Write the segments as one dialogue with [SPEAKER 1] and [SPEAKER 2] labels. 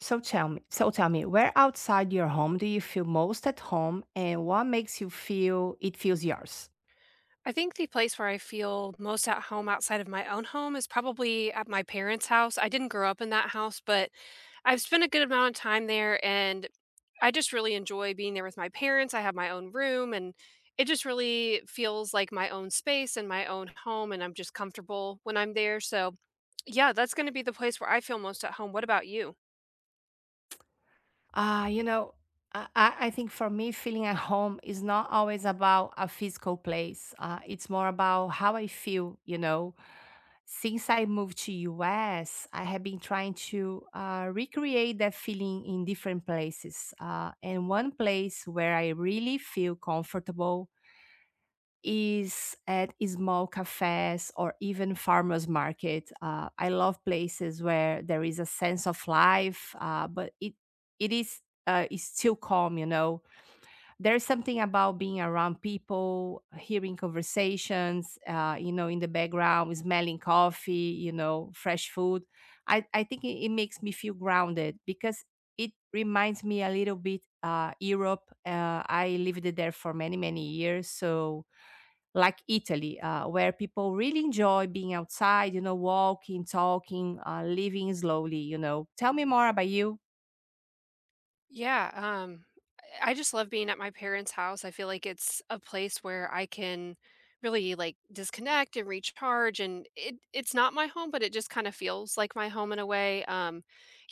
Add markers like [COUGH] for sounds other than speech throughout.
[SPEAKER 1] So tell me, where outside your home do you feel most at home and what makes you feel it feels yours?
[SPEAKER 2] I think the place where I feel most at home outside of my own home is probably at my parents' house. I didn't grow up in that house, but I've spent a good amount of time there, and I just really enjoy being there with my parents. I have my own room, and it just really feels like my own space and my own home, and I'm just comfortable when I'm there. So, yeah, that's going to be the place where I feel most at home. What about you?
[SPEAKER 1] Ah, you know, I think for me, feeling at home is not always about a physical place. It's more about how I feel. Since I moved to US, I have been trying to recreate that feeling in different places. And one place where I really feel comfortable is at small cafes or even farmers market. I love places where there is a sense of life, but it is still calm. You know, there's something about being around people, hearing conversations. In the background, smelling coffee. Fresh food. I think it makes me feel grounded because it reminds me a little bit Europe. I lived there for many many years, so like Italy, where people really enjoy being outside, you know, walking, talking, living slowly, you know. Tell me more about you.
[SPEAKER 2] Yeah, um, I just love being at my parents' house. I feel like it's a place where I can really, like, disconnect and recharge, and it's not my home, but it just kind of feels like my home in a way. Um,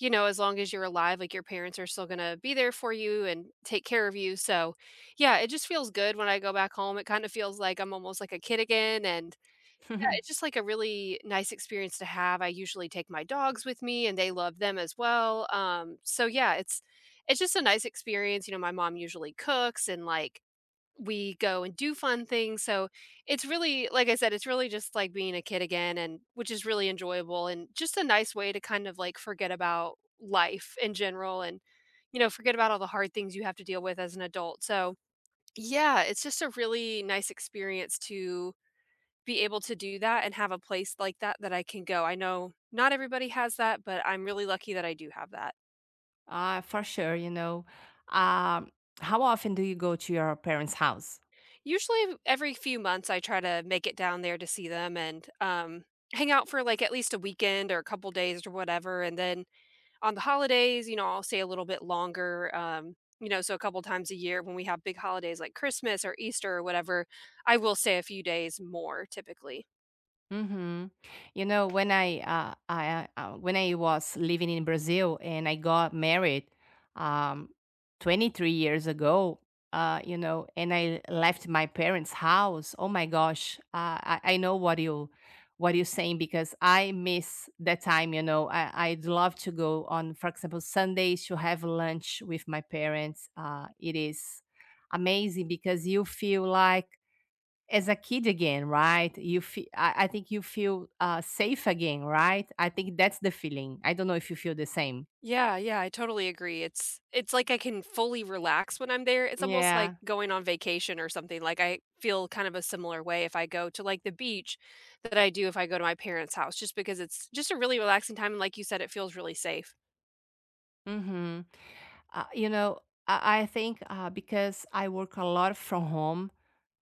[SPEAKER 2] you know, As long as you're alive, like, your parents are still gonna be there for you and take care of you. So yeah, it just feels good when I go back home. It kind of feels like I'm almost like a kid again, and yeah, it's
[SPEAKER 1] [LAUGHS]
[SPEAKER 2] just like a really nice experience to have. I usually take my dogs with me and they love them as well. So yeah, it's just a nice experience. You know, my mom usually cooks, and, like, we go and do fun things. So it's really, like I said, it's really just like being a kid again, and which is really enjoyable and just a nice way to kind of, like, forget about life in general, and, you know, forget about all the hard things you have to deal with as an adult. So yeah, it's just a really nice experience to be able to do that and have a place like that that I can go. I know not everybody has that, but I'm really lucky that I do have that.
[SPEAKER 1] For sure, you know. Um, how often do you go to your parents' house?
[SPEAKER 2] Usually every few months I try to make it down there to see them, and hang out for, like, at least a weekend or a couple days or whatever, and then on the holidays, I'll stay a little bit longer. So a couple times a year when we have big holidays like Christmas or Easter or whatever, I will stay a few days more typically.
[SPEAKER 1] Mhm. You know, when I when I was living in Brazil and I got married um 23 years ago, you know, and I left my parents' house. Oh my gosh. I know what you're saying because I miss that time, you know. I'd love to go, on for example, Sundays to have lunch with my parents. Uh, it is amazing because you feel like as a kid again, right? You feel, I think you feel safe again, right? I think that's the feeling. I don't know if you feel the same.
[SPEAKER 2] Yeah, yeah, I totally agree. It's like I can fully relax when I'm there. It's almost like
[SPEAKER 1] Yeah.
[SPEAKER 2] going on vacation or something. Like, I feel kind of a similar way if I go to, like, the beach that I do if I go to my parents' house, just because it's just a really relaxing time. And like you said, it feels really safe.
[SPEAKER 1] Mm-hmm. Uh, you know, I think because I work a lot from home,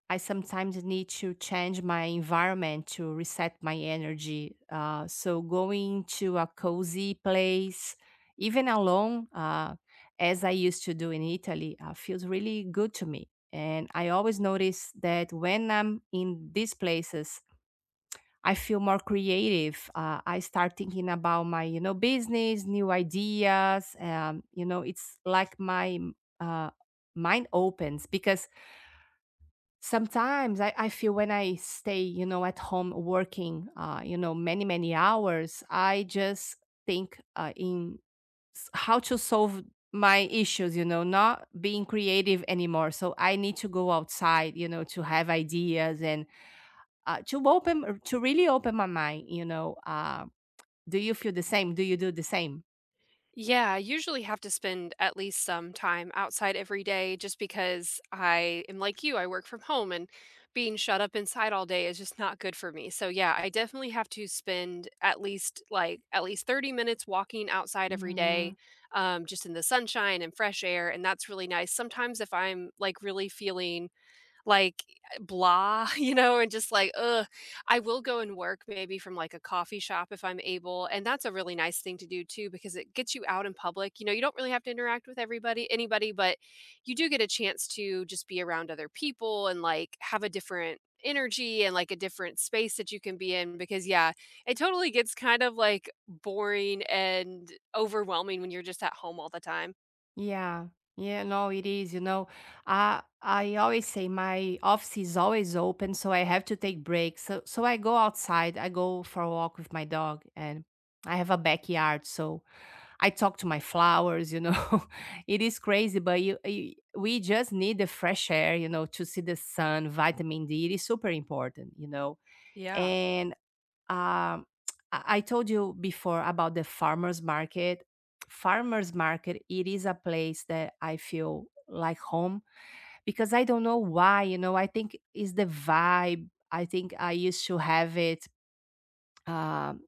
[SPEAKER 1] I sometimes need to change my environment to reset my energy. So going to a cozy place, even alone, as I used to do in Italy, feels really good to me. And I always notice that when I'm in these places, I feel more creative. I start thinking about my, you know, business, new ideas. You know, it's like my uh, mind opens because sometimes I feel when I stay, you know, at home working, you know, many, many hours, I just think how to solve my issues, you know, not being creative anymore. So I need to go outside, you know, to have ideas and to really open my mind, you know. Do you feel the same? Do you do the same?
[SPEAKER 2] Yeah, I usually have to spend at least some time outside every day just because I am like you, I work from home, and being shut up inside all day is just not good for me. So yeah, I definitely have to spend at least 30 minutes walking outside every
[SPEAKER 1] Hmm.
[SPEAKER 2] day, just in the sunshine and fresh air, and that's really nice. Sometimes if I'm, like, really feeling like, eh, blah, [LAUGHS] and just like, ugh. I will go and work maybe from, like, a coffee shop if I'm able, and that's a really nice thing to do too because it gets you out in public. You know, you don't really have to interact with everybody anybody, but you do get a chance to just be around other people and, like, have a different energy and, like, a different space that you can be in, because, yeah, it totally gets kind of, like, boring and overwhelming when you're just at home all the time.
[SPEAKER 1] Yeah. Yeah, no, it is. You know, I always say my office is always open, so I have to take breaks. So I go outside, I go for a walk with my dog, and I have a backyard, so I talk to my flowers, you know. [LAUGHS] It is crazy, but you we just need the fresh air, you know, to see the sun, vitamin D. It is super important, you know.
[SPEAKER 2] Yeah.
[SPEAKER 1] And um, I told you before about the farmers market. Farmers market, it is a place that I feel like home because I don't know why, you know. I think is the vibe. I think I used to have it um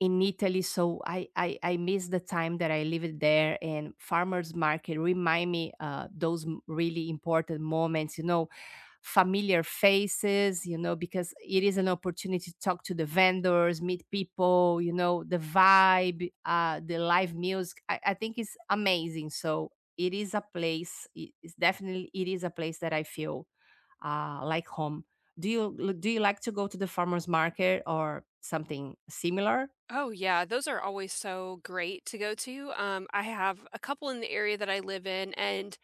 [SPEAKER 1] in Italy, so I miss the time that I lived there. And farmers market remind me those really important moments, you know, familiar faces, you know, because it is an opportunity to talk to the vendors, meet people, you know, the vibe, the live music. I think it's amazing. So it is a place. It is definitely it is a place that I feel like home. Do you do you like to go to the farmers market or something similar?
[SPEAKER 2] Oh yeah, those are always so great to go to. I have a couple in the area that I live in, and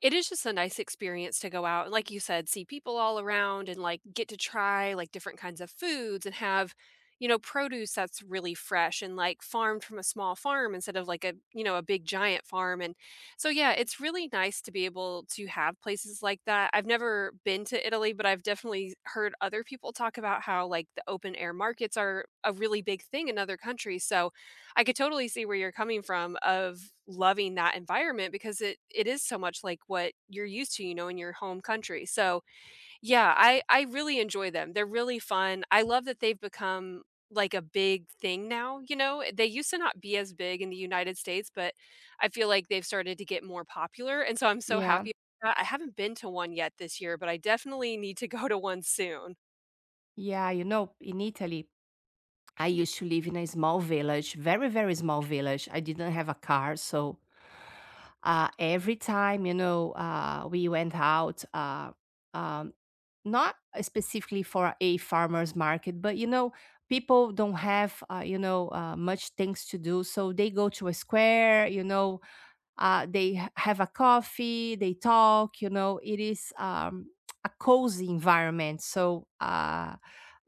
[SPEAKER 2] it is just a nice experience to go out and, like you said, see people all around and, like, get to try, like, different kinds of foods and have, you know, produce that's really fresh and, like, farmed from a small farm instead of, like, you know, a big giant farm, and so, yeah, it's really nice to be able to have places like that. I've never been to Italy, but I've definitely heard other people talk about how, like, the open air markets are a really big thing in other countries, so I could totally see where you're coming from of loving that environment because it is so much like what you're used to, you know, in your home country. So, yeah, I really enjoy them. They're really fun. I love that they've become, like, a big thing now, you know. They used to not be as big in the United States, but I feel like they've started to get more popular, and so I'm so
[SPEAKER 1] Yeah.
[SPEAKER 2] happy about that. I haven't been to one yet this year, but I definitely need to go to one soon.
[SPEAKER 1] Yeah, you know, in Italy, I used to live in a small village, very, very small village. I didn't have a car, so every time, you know, we went out, um, not specifically for a farmer's market, but you know, people don't have, you know, much things to do, so they go to a square, you know. Have a coffee, they talk, you know, it is a cozy environment. So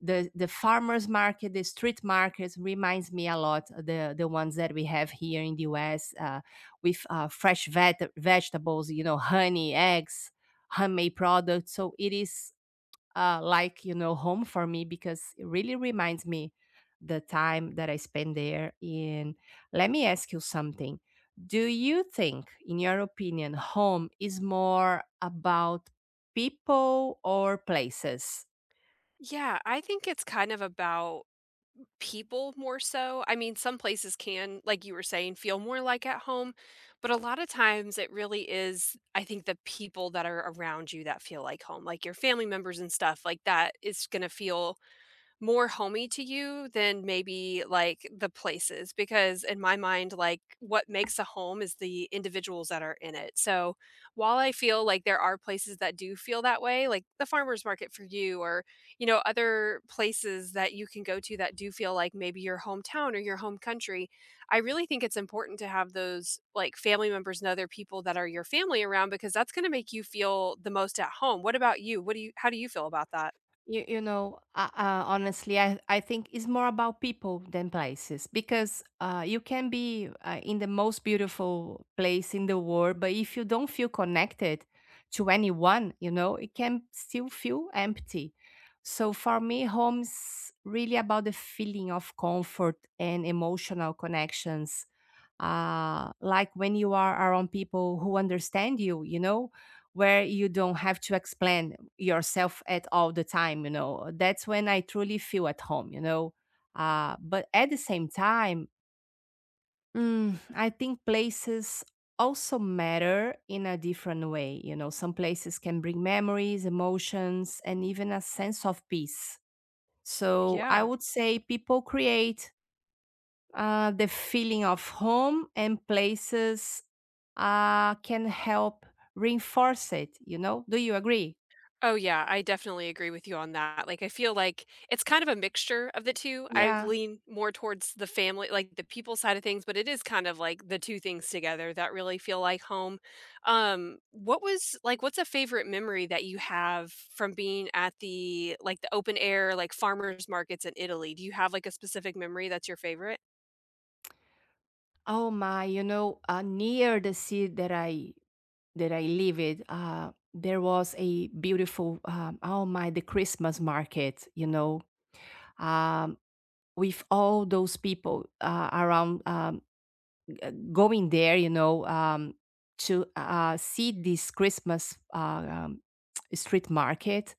[SPEAKER 1] the farmers market, the street markets reminds me a lot the ones that we have here in the US with fresh vegetables, you know, honey, eggs, handmade products. So it is like, you know, home for me because it really reminds me the time that I spent there. And let me ask you something. Do you think, in your opinion, home is more about people or places?
[SPEAKER 2] Yeah, I think it's kind of about people more so. I mean, some places can, like you were saying, feel more like at home, but a lot of times it really is, I think, the people that are around you that feel like home, like your family members and stuff like that is going to feel more homey to you than maybe, like, the places, because in my mind, like, what makes a home is the individuals that are in it, so, while I feel like there are places that do feel that way, like the farmer's market for you, or, you know, other places that you can go to that do feel like maybe your hometown or your home country, I really think it's important to have those, like, family members and other people that are your family around because that's gonna make you feel the most at home. What about you? What do you How do you feel about that?
[SPEAKER 1] Honestly, I think it's more about people than places because you can be in the most beautiful place in the world, but if you don't feel connected to anyone, you know, it can still feel empty. So for me, home is really about the feeling of comfort and emotional connections, like when you are around people who understand you, you know, where you don't have to explain yourself at all the time, you know, that's when I truly feel at home, you know. But at the same time, I think places also matter in a different way. You know, some places can bring memories, emotions, and even a sense of peace. So I
[SPEAKER 2] Yeah.
[SPEAKER 1] would say people create the feeling of home and places can help reinforce it, you know? Do you agree?
[SPEAKER 2] Oh, yeah, I definitely agree with you on that. Like, I feel like it's kind of a mixture of the two. I
[SPEAKER 1] Yeah.
[SPEAKER 2] lean more towards the family, like, the people side of things, but it is kind of like the two things together that really feel like home. What's a favorite memory that you have from being at the, like, the open air, like, farmers markets in Italy? Do you have, like, a specific memory that's your favorite?
[SPEAKER 1] Near the sea that I live it, there was a beautiful, oh my, the Christmas market, you know, um, with all those people around going there, you know, to see this Christmas um, street market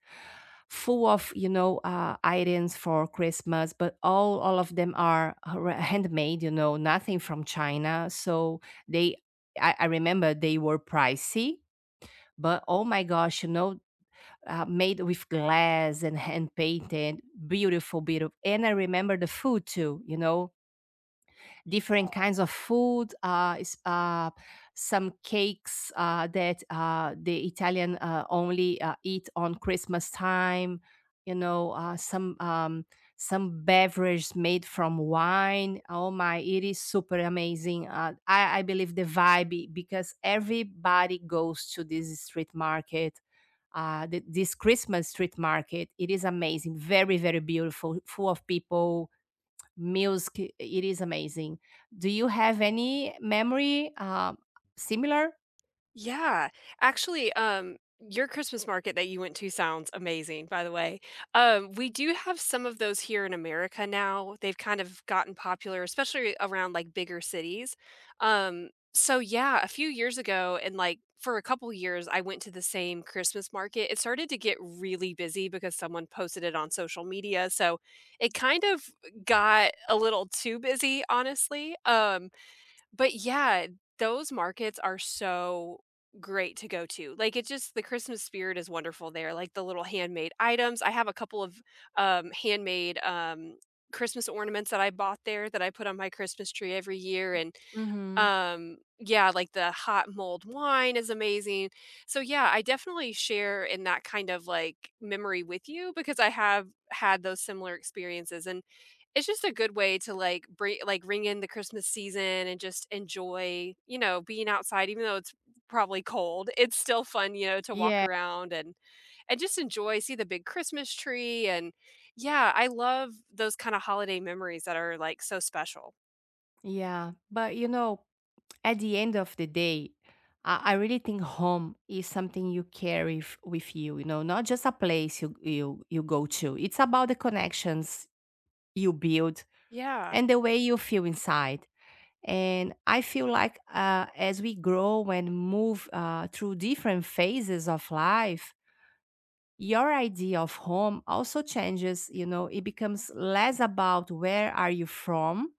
[SPEAKER 1] full of, you know, items for Christmas, but all of them are handmade, you know, nothing from China. So they, I remember they were pricey, but oh my gosh, you know, made with glass and hand painted, beautiful, beautiful. And I remember the food too, you know, different kinds of food, some cakes that the Italian only eat on Christmas time. You know, some beverage made from wine. Oh my, it is super amazing. I believe the vibe because everybody goes to this street market. This Christmas street market, it is amazing, very, very beautiful, full of people. Music, it is amazing. Do you have any memory similar?
[SPEAKER 2] Yeah. Actually, your Christmas market that you went to sounds amazing, by the way. We do have some of those here in America now. They've kind of gotten popular, especially around, like, bigger cities. So yeah, a few years ago and, like, for a couple years, I went to the same Christmas market. It started to get really busy because someone posted it on social media. So it kind of got a little too busy, honestly. But yeah, those markets are so great to go to. Like, it just the Christmas spirit is wonderful there. Like, the little handmade items. I have a couple of handmade Christmas ornaments that I bought there that I put on my Christmas tree every year, and
[SPEAKER 1] Hmm.
[SPEAKER 2] yeah, like, the hot mulled wine is amazing. So yeah, I definitely share in that kind of, like, memory with you because I have had those similar experiences, and it's just a good way to, like, ring in the Christmas season and just enjoy, you know, being outside even though it's probably cold. It's still fun, you know, to walk
[SPEAKER 1] Yeah,
[SPEAKER 2] around and just enjoy, see the big Christmas tree, and yeah, I love those kinda holiday memories that are, like, so special.
[SPEAKER 1] yeah. But you know, at the end of the day, I really think home is something you carry with you, you know, not just a place you go to. It's about the connections you build
[SPEAKER 2] Yeah,
[SPEAKER 1] and the way you feel inside. And I feel like as we grow and move through different phases of life, your idea of home also changes, you know. It becomes less about where are you from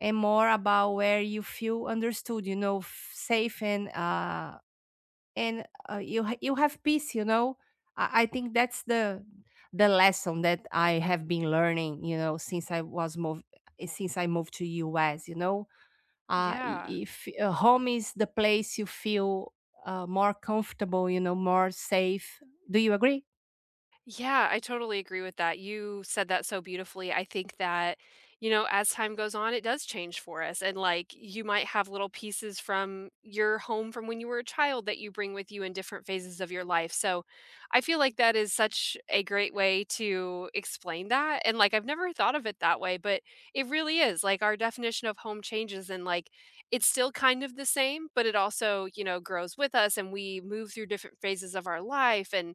[SPEAKER 1] and more about where you feel understood, you know, safe, and you you have peace, you know. I think that's the lesson that I have been learning, you know, since I was moved since I moved to US, you know. I-
[SPEAKER 2] yeah.
[SPEAKER 1] if Home is the place you feel more comfortable, you know, more safe. Do you agree?
[SPEAKER 2] Yeah, I totally agree with that. You said that so beautifully. I think that, you know, as time goes on, it does change for us. And, like, you might have little pieces from your home from when you were a child that you bring with you in different phases of your life. So I feel like that is such a great way to explain that. And like I've never thought of it that way, but it really is. Like, our definition of home changes, and like it's still kind of the same, but it also, you know, grows with us and we move through different phases of our life, and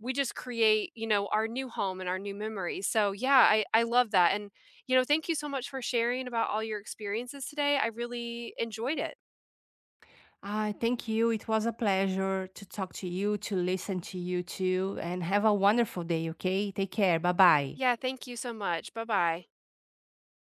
[SPEAKER 2] we just create, you know, our new home and our new memories. So yeah, I love that. And, you know, thank you so much for sharing about all your experiences today. I really enjoyed it.
[SPEAKER 1] Ah, thank you. It was a pleasure to talk to you, to listen to you too, and have a wonderful day, okay? Take care. Bye bye.
[SPEAKER 2] Yeah, thank you so much. Bye bye.